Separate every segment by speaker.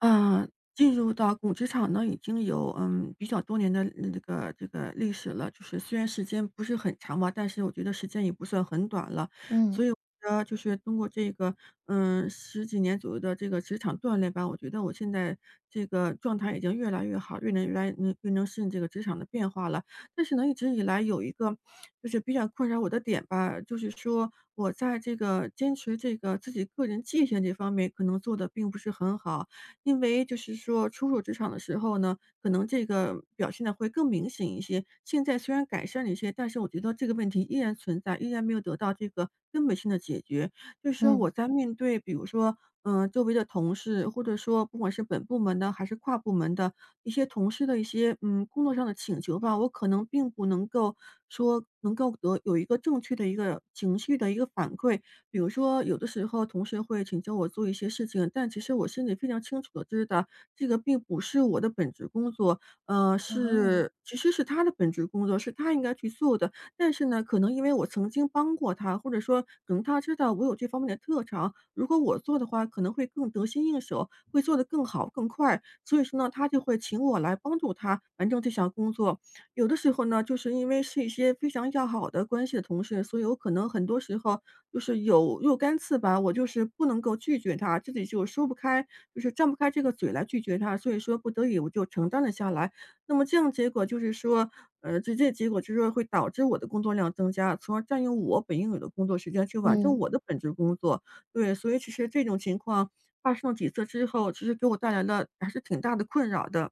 Speaker 1: 嗯，进入到古职场呢，已经有比较多年的这个历史了。就是虽然时间不是很长吧，但是我觉得时间也不算很短了。
Speaker 2: 嗯
Speaker 1: 所以我觉得就是通过这个十几年左右的这个职场锻炼吧，我觉得我现在这个状态已经越来越好，越能越来嗯越能适应这个职场的变化了。但是呢，一直以来有一个就是比较困扰我的点吧，就是说我在这个坚持这个自己个人界限这方面，可能做的并不是很好。因为就是说初入职场的时候呢，可能这个表现的会更明显一些。现在虽然改善了一些，但是我觉得这个问题依然存在，依然没有得到这个根本性的解决。就是说
Speaker 2: 嗯，
Speaker 1: 我在面对比如说，周围的同事，或者说不管是本部门的还是跨部门的一些同事的一些，工作上的请求吧，我可能并不能够说能够得有一个正确的一个情绪的一个反馈。比如说，有的时候同事会请求我做一些事情，但其实我心里非常清楚的知道，这个并不是我的本职工作，
Speaker 2: 啊，
Speaker 1: 是其实是他的本职工作，是他应该去做的。但是呢，可能因为我曾经帮过他，或者说可能他知道我有这方面的特长，如果我做的话，可能会更得心应手，会做得更好更快。所以说呢，他就会请我来帮助他完成这项工作。有的时候呢，就是因为是一些非常要好的关系的同事，所以我可能很多时候就是有若干次吧，我就是不能够拒绝他，自己就说不开，就是张不开这个嘴来拒绝他，所以说不得已我就承担了下来。那么这样结果就是说，直接结果就是说会导致我的工作量增加，从而占用我本应有的工作时间去完成
Speaker 2: 嗯，
Speaker 1: 我的本职工作。对，所以其实这种情况发生了几次之后，其实给我带来了还是挺大的困扰的。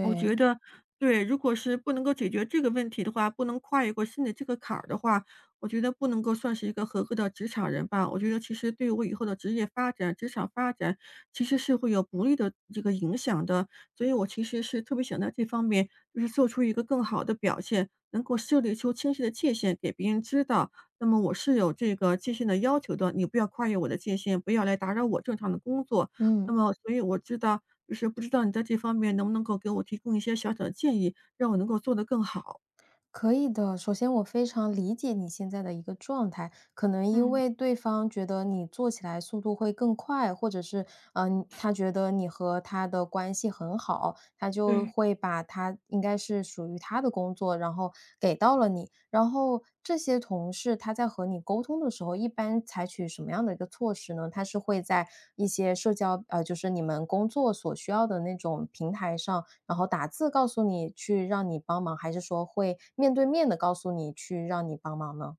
Speaker 1: 我觉得对，如果是不能够解决这个问题的话，不能跨越过心里这个坎儿的话，我觉得不能够算是一个合格的职场人吧。我觉得其实对我以后的职业发展、职场发展，其实是会有不利的这个影响的。所以我其实是特别想在这方面，就是做出一个更好的表现，能够设立出清晰的界限，给别人知道，那么我是有这个界限的要求的，你不要跨越我的界限，不要来打扰我正常的工作。那
Speaker 2: 嗯，
Speaker 1: 么所以我知道就是不知道你在这方面能不能够给我提供一些小小的建议，让我能够做得更好。
Speaker 2: 可以的。首先我非常理解你现在的一个状态，可能因
Speaker 1: 嗯，
Speaker 2: 为对方觉得你做起来速度会更快，或者是他觉得你和他的关系很好，他就
Speaker 1: 对。
Speaker 2: 会把他应该是属于他的工作，然后给到了你。然后这些同事他在和你沟通的时候，一般采取什么样的一个措施呢？他是会在一些社交就是你们工作所需要的那种平台上，然后打字告诉你去让你帮忙，还是说会面对面的告诉你去让你帮忙呢？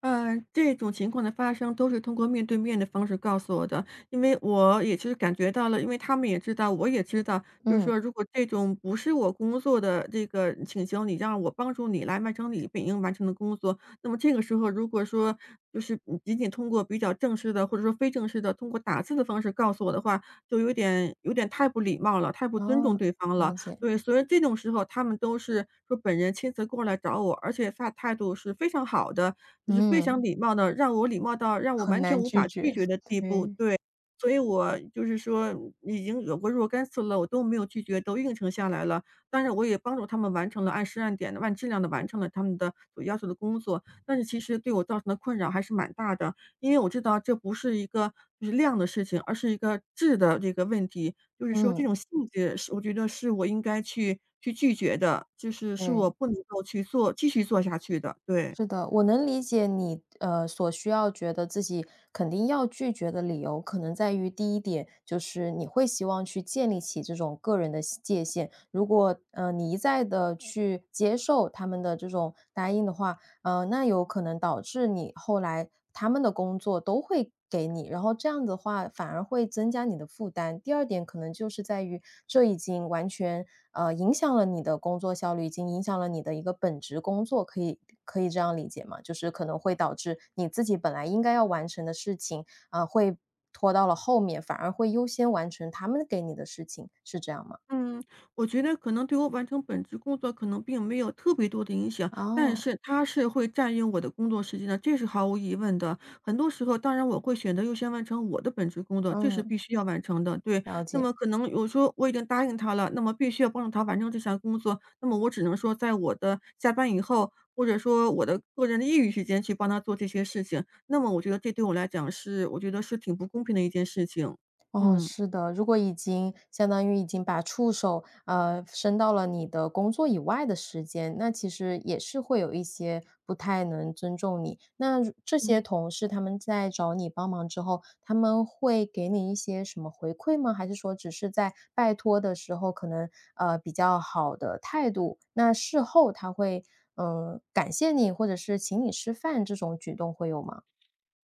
Speaker 1: 嗯，这种情况的发生都是通过面对面的方式告诉我的，因为我也其实感觉到了，因为他们也知道，我也知道，就是
Speaker 2: 嗯。
Speaker 1: 说，如果这种不是我工作的这个请求，你让我帮助你来完成你本应完成的工作，那么这个时候如果说就是仅仅通过比较正式的或者说非正式的，通过打字的方式告诉我的话，就有点太不礼貌了，太不尊重
Speaker 2: 哦，
Speaker 1: 对方了。
Speaker 2: 了解，
Speaker 1: 对，所以这种时候他们都是说本人亲自过来找我，而且他态度是非常好的。就是非常
Speaker 2: 嗯，
Speaker 1: 礼貌的，让我礼貌到让我
Speaker 2: 很
Speaker 1: 完全
Speaker 2: 难
Speaker 1: 无
Speaker 2: 拒
Speaker 1: 法拒
Speaker 2: 绝，
Speaker 1: 绝的 地步，
Speaker 2: 对。
Speaker 1: 对。所以我就是说已经有过若干次了，我都没有拒绝，都应承下来了。当然我也帮助他们完成了按时按点的、按质量的完成了他们的所要求的工作，但是其实对我造成的困扰还是蛮大的。因为我知道这不是一个就是量的事情，而是一个质的这个问题，就是说这
Speaker 2: 嗯，
Speaker 1: 种性质是我觉得是我应该去拒绝的，就是是
Speaker 2: 对。
Speaker 1: 我不能够去做继续做下去的，对。
Speaker 2: 是的，我能理解你所需要觉得自己肯定要拒绝的理由，可能在于第一点就是你会希望去建立起这种个人的西界限。如果你一再的去接受他们的这种答应的话，呃，那有可能导致你后来他们的工作都会给你，然后这样的话反而会增加你的负担。第二点可能就是在于这已经完全影响了你的工作效率，已经影响了你的一个本职工作，可以这样理解吗？就是可能会导致你自己本来应该要完成的事情，会拖到了后面，反而会优先完成他们给你的事情，是这样吗？
Speaker 1: 嗯，我觉得可能对我完成本职工作可能并没有特别多的影响，但
Speaker 2: 哦，
Speaker 1: 是它是会占用我的工作时间的，这是毫无疑问的。很多时候，当然我会选择优先完成我的本职工作，这是
Speaker 2: 嗯，
Speaker 1: 必须要完成的，对。
Speaker 2: 了
Speaker 1: 那
Speaker 2: 解。
Speaker 1: 么可能有时候我已经答应他了，那么必须要帮助他完成这项工作，那么我只能说在我的下班以后，或者说我的个人的业余时间去帮他做这些事情，那么我觉得这对我来讲是我觉得是挺不公平的一件事情，
Speaker 2: 哦，
Speaker 1: 嗯。
Speaker 2: 是的，如果已经相当于已经把触手，伸到了你的工作以外的时间，那其实也是会有一些不太能尊重你。那如这些同事他们在找你帮忙之后，他们会给你一些什么回馈吗？还是说只是在拜托的时候可能，呃，比较好的态度，那事后他会，嗯、感谢你，或者是请你吃饭这种举动会有吗？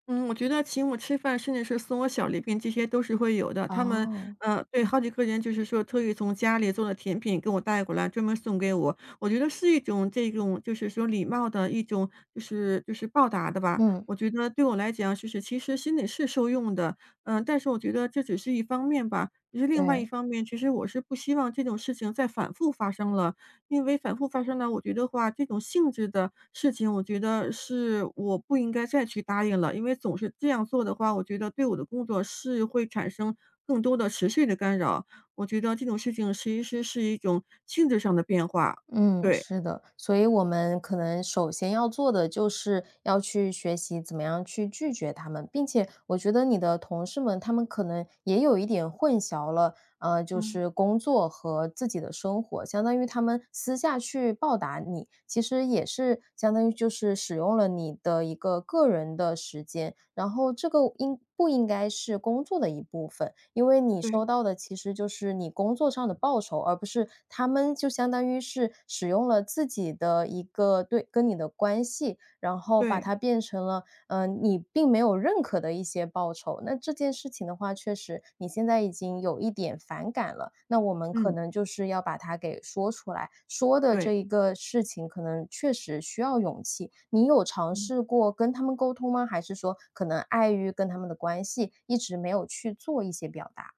Speaker 1: 嗯，我觉得请我吃饭，甚至是送我小礼品，这些都是会有的。他们，
Speaker 2: 哦，
Speaker 1: 对，好几个人就是说特意从家里做了甜品给我带过来，专门送给我。我觉得是一种这种就是说礼貌的一种，就是报答的吧。
Speaker 2: 嗯，
Speaker 1: 我觉得对我来讲，就是其实心里是受用的，嗯、但是我觉得这只是一方面吧。其实另外一
Speaker 2: 对。
Speaker 1: 方面，其实我是不希望这种事情再反复发生了。因为反复发生呢，我觉得话，这种性质的事情，我觉得是我不应该再去答应了，因为总是这样做的话，我觉得对我的工作是会产生更多的持续的干扰。我觉得这种事情其实是一种性质上的变化，
Speaker 2: 嗯，
Speaker 1: 对，
Speaker 2: 是的，所以我们可能首先要做的就是要去学习怎么样去拒绝他们，并且我觉得你的同事们他们可能也有一点混淆了，就
Speaker 1: 嗯，
Speaker 2: 是工作和自己的生活，相当于他们私下去报答你，其实也是相当于就是使用了你的一个个人的时间，然后这个应不应该是工作的一部分？因为你
Speaker 1: 对
Speaker 2: 收到的其实就是你工作上的报酬，而不是他们就相当于是使用了自己的一个对跟你的关系，然后把
Speaker 1: 对，
Speaker 2: 它变成了嗯，你并没有认可的一些报酬。那这件事情的话，确实你现在已经有一点反感了，那我们可
Speaker 1: 嗯，
Speaker 2: 能就是要把它给说出来。说的这
Speaker 1: 对，
Speaker 2: 一个事情，可能确实需要勇气。你有尝
Speaker 1: 嗯。
Speaker 2: 试过跟他们沟通吗？还是说可能碍于跟他们的关系，一直没有去做一些表达？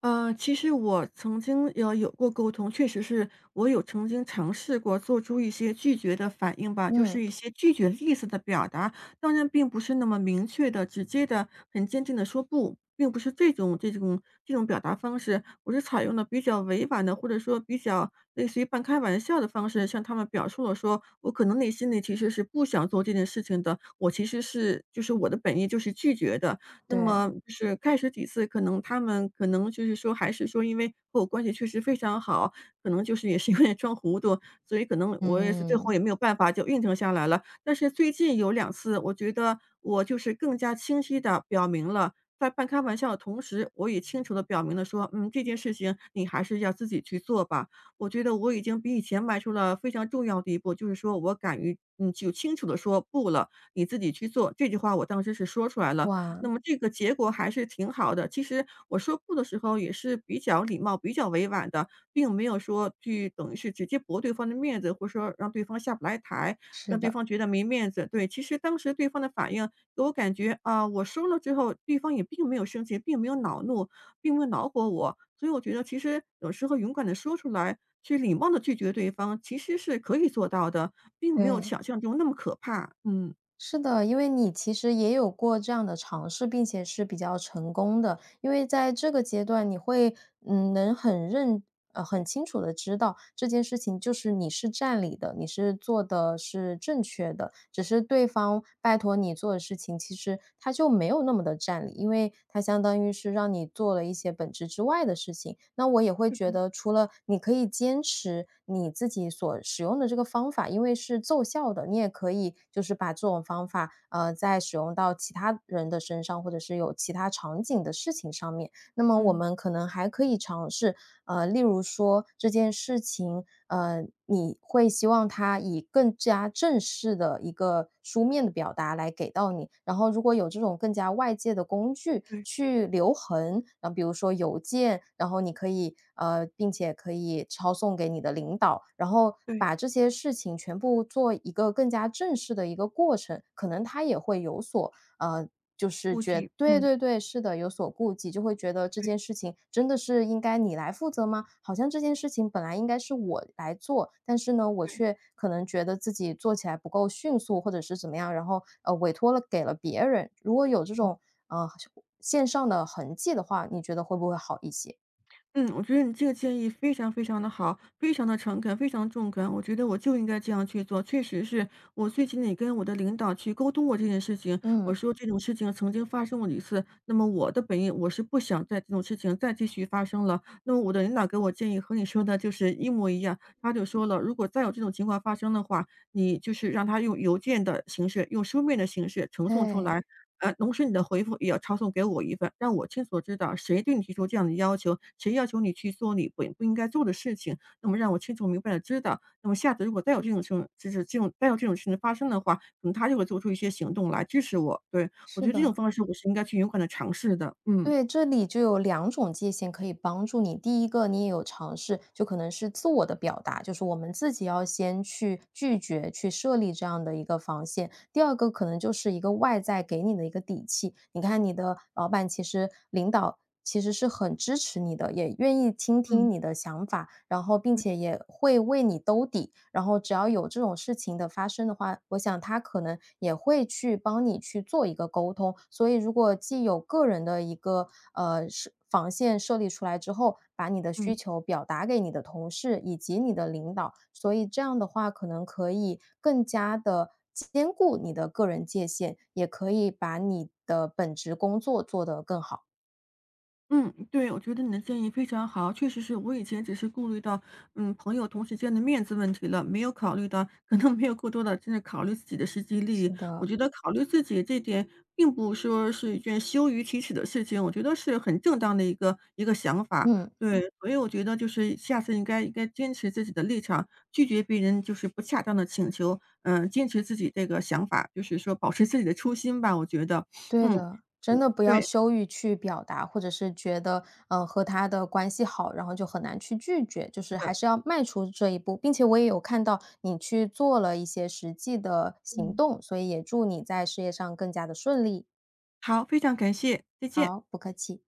Speaker 1: 其实我曾经有过沟通，确实是我有曾经尝试过做出一些拒绝的反应吧，就
Speaker 2: 嗯，
Speaker 1: 是一些拒绝的意思的表达，当然并不是那么明确的、直接的、很坚定的说不，并不是这种表达方式，我是采用了比较委婉的，或者说比较类似于半开玩笑的方式，向他们表述了说，我可能内心里其实是不想做这件事情的，我其实是就是我的本意就是拒绝的，那么
Speaker 2: 对，
Speaker 1: 就是开始几次，可能他们就是说还是说因为和我关系确实非常好，可能就是也是有点装糊涂，所以可能我也是最后
Speaker 2: 嗯，
Speaker 1: 也没有办法就应承下来了。但是最近有两次，我觉得我就是更加清晰的表明了，在半开玩笑的同时，我也清楚的表明了说：“嗯，这件事情你还是要自己去做吧。”我觉得我已经比以前迈出了非常重要的一步，就是说我敢于就清楚的说“不”了，你自己去做，这句话我当时是说出来了。
Speaker 2: 哇，
Speaker 1: 那么这个结果还是挺好的。其实我说不的时候也是比较礼貌、比较委婉的，并没有说去等于是直接驳对方的面子，或者说让对方下不来台，
Speaker 2: 是
Speaker 1: 让对
Speaker 2: 的，
Speaker 1: 方觉得没面子。对，其实当时对方的反应给我感觉啊，我说了之后，对方也并没有生气，并没有恼怒，并没有恼火我。所以我觉得其实有时候勇敢的说出来，去礼貌的拒绝对方，其实是可以做到的，并没有
Speaker 2: 对。
Speaker 1: 想象中那么可怕。嗯，
Speaker 2: 是的，因为你其实也有过这样的尝试，并且是比较成功的。因为在这个阶段，你会嗯，能很认呃，很清楚的知道这件事情就是你是占理的，你是做的是正确的，只是对方拜托你做的事情，其实他就没有那么的占理，因为他相当于是让你。让你做了一些本职之外的事情。那我也会
Speaker 1: 是的，
Speaker 2: 觉得，除了你可以坚持你自己所使用的这个方法，因为是奏效的，你也可以就是把这种方法，再使用到其他人的身上，或者是有其他场景的事情上面。那么我
Speaker 1: 嗯。
Speaker 2: 们可能还可以尝试例如说这件事情，你会希望他以更加正式的一个书面的表达来给到你。然后如果有这种更加外界的工具
Speaker 1: 对
Speaker 2: 去留痕，然后比如说邮件，然后你可以并且可以抄送给你的领导，然后
Speaker 1: 对。
Speaker 2: 把这些事情全部做一个更加正式的一个过程，可能他也会有所呃
Speaker 1: 顾忌，
Speaker 2: 对
Speaker 1: 嗯。
Speaker 2: 对对，是的，有所顾忌，就会觉得这件事情真的是应该你来负责吗？好像这件事情本来应该是我来做，但是呢，我
Speaker 1: 对，
Speaker 2: 却可能觉得自己做起来不够迅速，或者是怎么样，然后委托了给了别人。如果有这种呃线上的痕迹的话，你觉得会不会好一些？
Speaker 1: 嗯，我觉得你这个建议非常非常的好，非常的诚恳，非常中肯。我觉得我就应该这样去做，确实是我最近也跟我的领导去沟通过这件事情，我
Speaker 2: 嗯，
Speaker 1: 说这种事情曾经发生过一次，那么我的本意我是不想在这种事情再继续发生了。那么我的领导给我建议和你说的就是一模一样，他就说了，如果再有这种情况发生的话，你就是让他用邮件的形式，用书面的形式呈送出
Speaker 2: 对，
Speaker 1: 来，同时你的回复也要抄送给我一份，让我清楚地知道谁对你提出这样的要求，谁要求你去做你本不应该做的事情。那么让我清楚明白地知道，那么下次如果再有这种事情就是这种再有这种事情发生的话，可能他就会做出一些行动来支持我。对，我觉
Speaker 2: 是
Speaker 1: 得这种
Speaker 2: 的。
Speaker 1: 方式我是应该去勇敢的尝试的，嗯。
Speaker 2: 对，这里就有两种界限可以帮助你。第一个，你也有尝试，就可能是自我的表达，就是我们自己要先去拒绝、去设立这样的一个防线。第二个，可能就是一个外在给你的一个底气。你看，你的老板其实领导其实是很支持你的，也愿意倾听
Speaker 1: 嗯，
Speaker 2: 你的想法，然后并
Speaker 1: 对。
Speaker 2: 且也会为你兜底。然后只要有这种事情的发生的话，我想他可能也会去帮你去做一个沟通。所以，如果既有个人的一个防线设立出来之后，把你的需
Speaker 1: 嗯。
Speaker 2: 求表达给你的同事以及你的领导，所以这样的话可能可以更加的。兼顾你的个人界限，也可以把你的本职工作做得更好。
Speaker 1: 嗯，对，我觉得你的建议非常好，确实是我以前只是顾虑到，嗯，朋友同事间的面子问题了，没有考虑到，可能没有过多的真的考虑自己的实际利益。
Speaker 2: 是
Speaker 1: 我
Speaker 2: 的，
Speaker 1: 觉得考虑自己这点，并不说是一件羞于启齿的事情，我觉得是很正当的一个想法。
Speaker 2: 嗯，
Speaker 1: 对，所以我觉得就是下次应该坚持自己的立场，拒绝别人就是不恰当的请求，嗯，坚持自己这个想法，就是说保持自己的初心吧，我觉得，
Speaker 2: 对
Speaker 1: 嗯，
Speaker 2: 的，真
Speaker 1: 嗯
Speaker 2: 的不要
Speaker 1: 对，
Speaker 2: 羞于去表达，或者是觉得，嗯，和他的关系好，然后就很难去拒绝，就
Speaker 1: 是
Speaker 2: 是
Speaker 1: 的，
Speaker 2: 还是要迈出这一步。并且我也有看到你去做了一些实际的行
Speaker 1: 嗯。
Speaker 2: 动，所以也祝你在事业上更加的顺利。
Speaker 1: 好，非常感谢，再见。
Speaker 2: 好，不客气。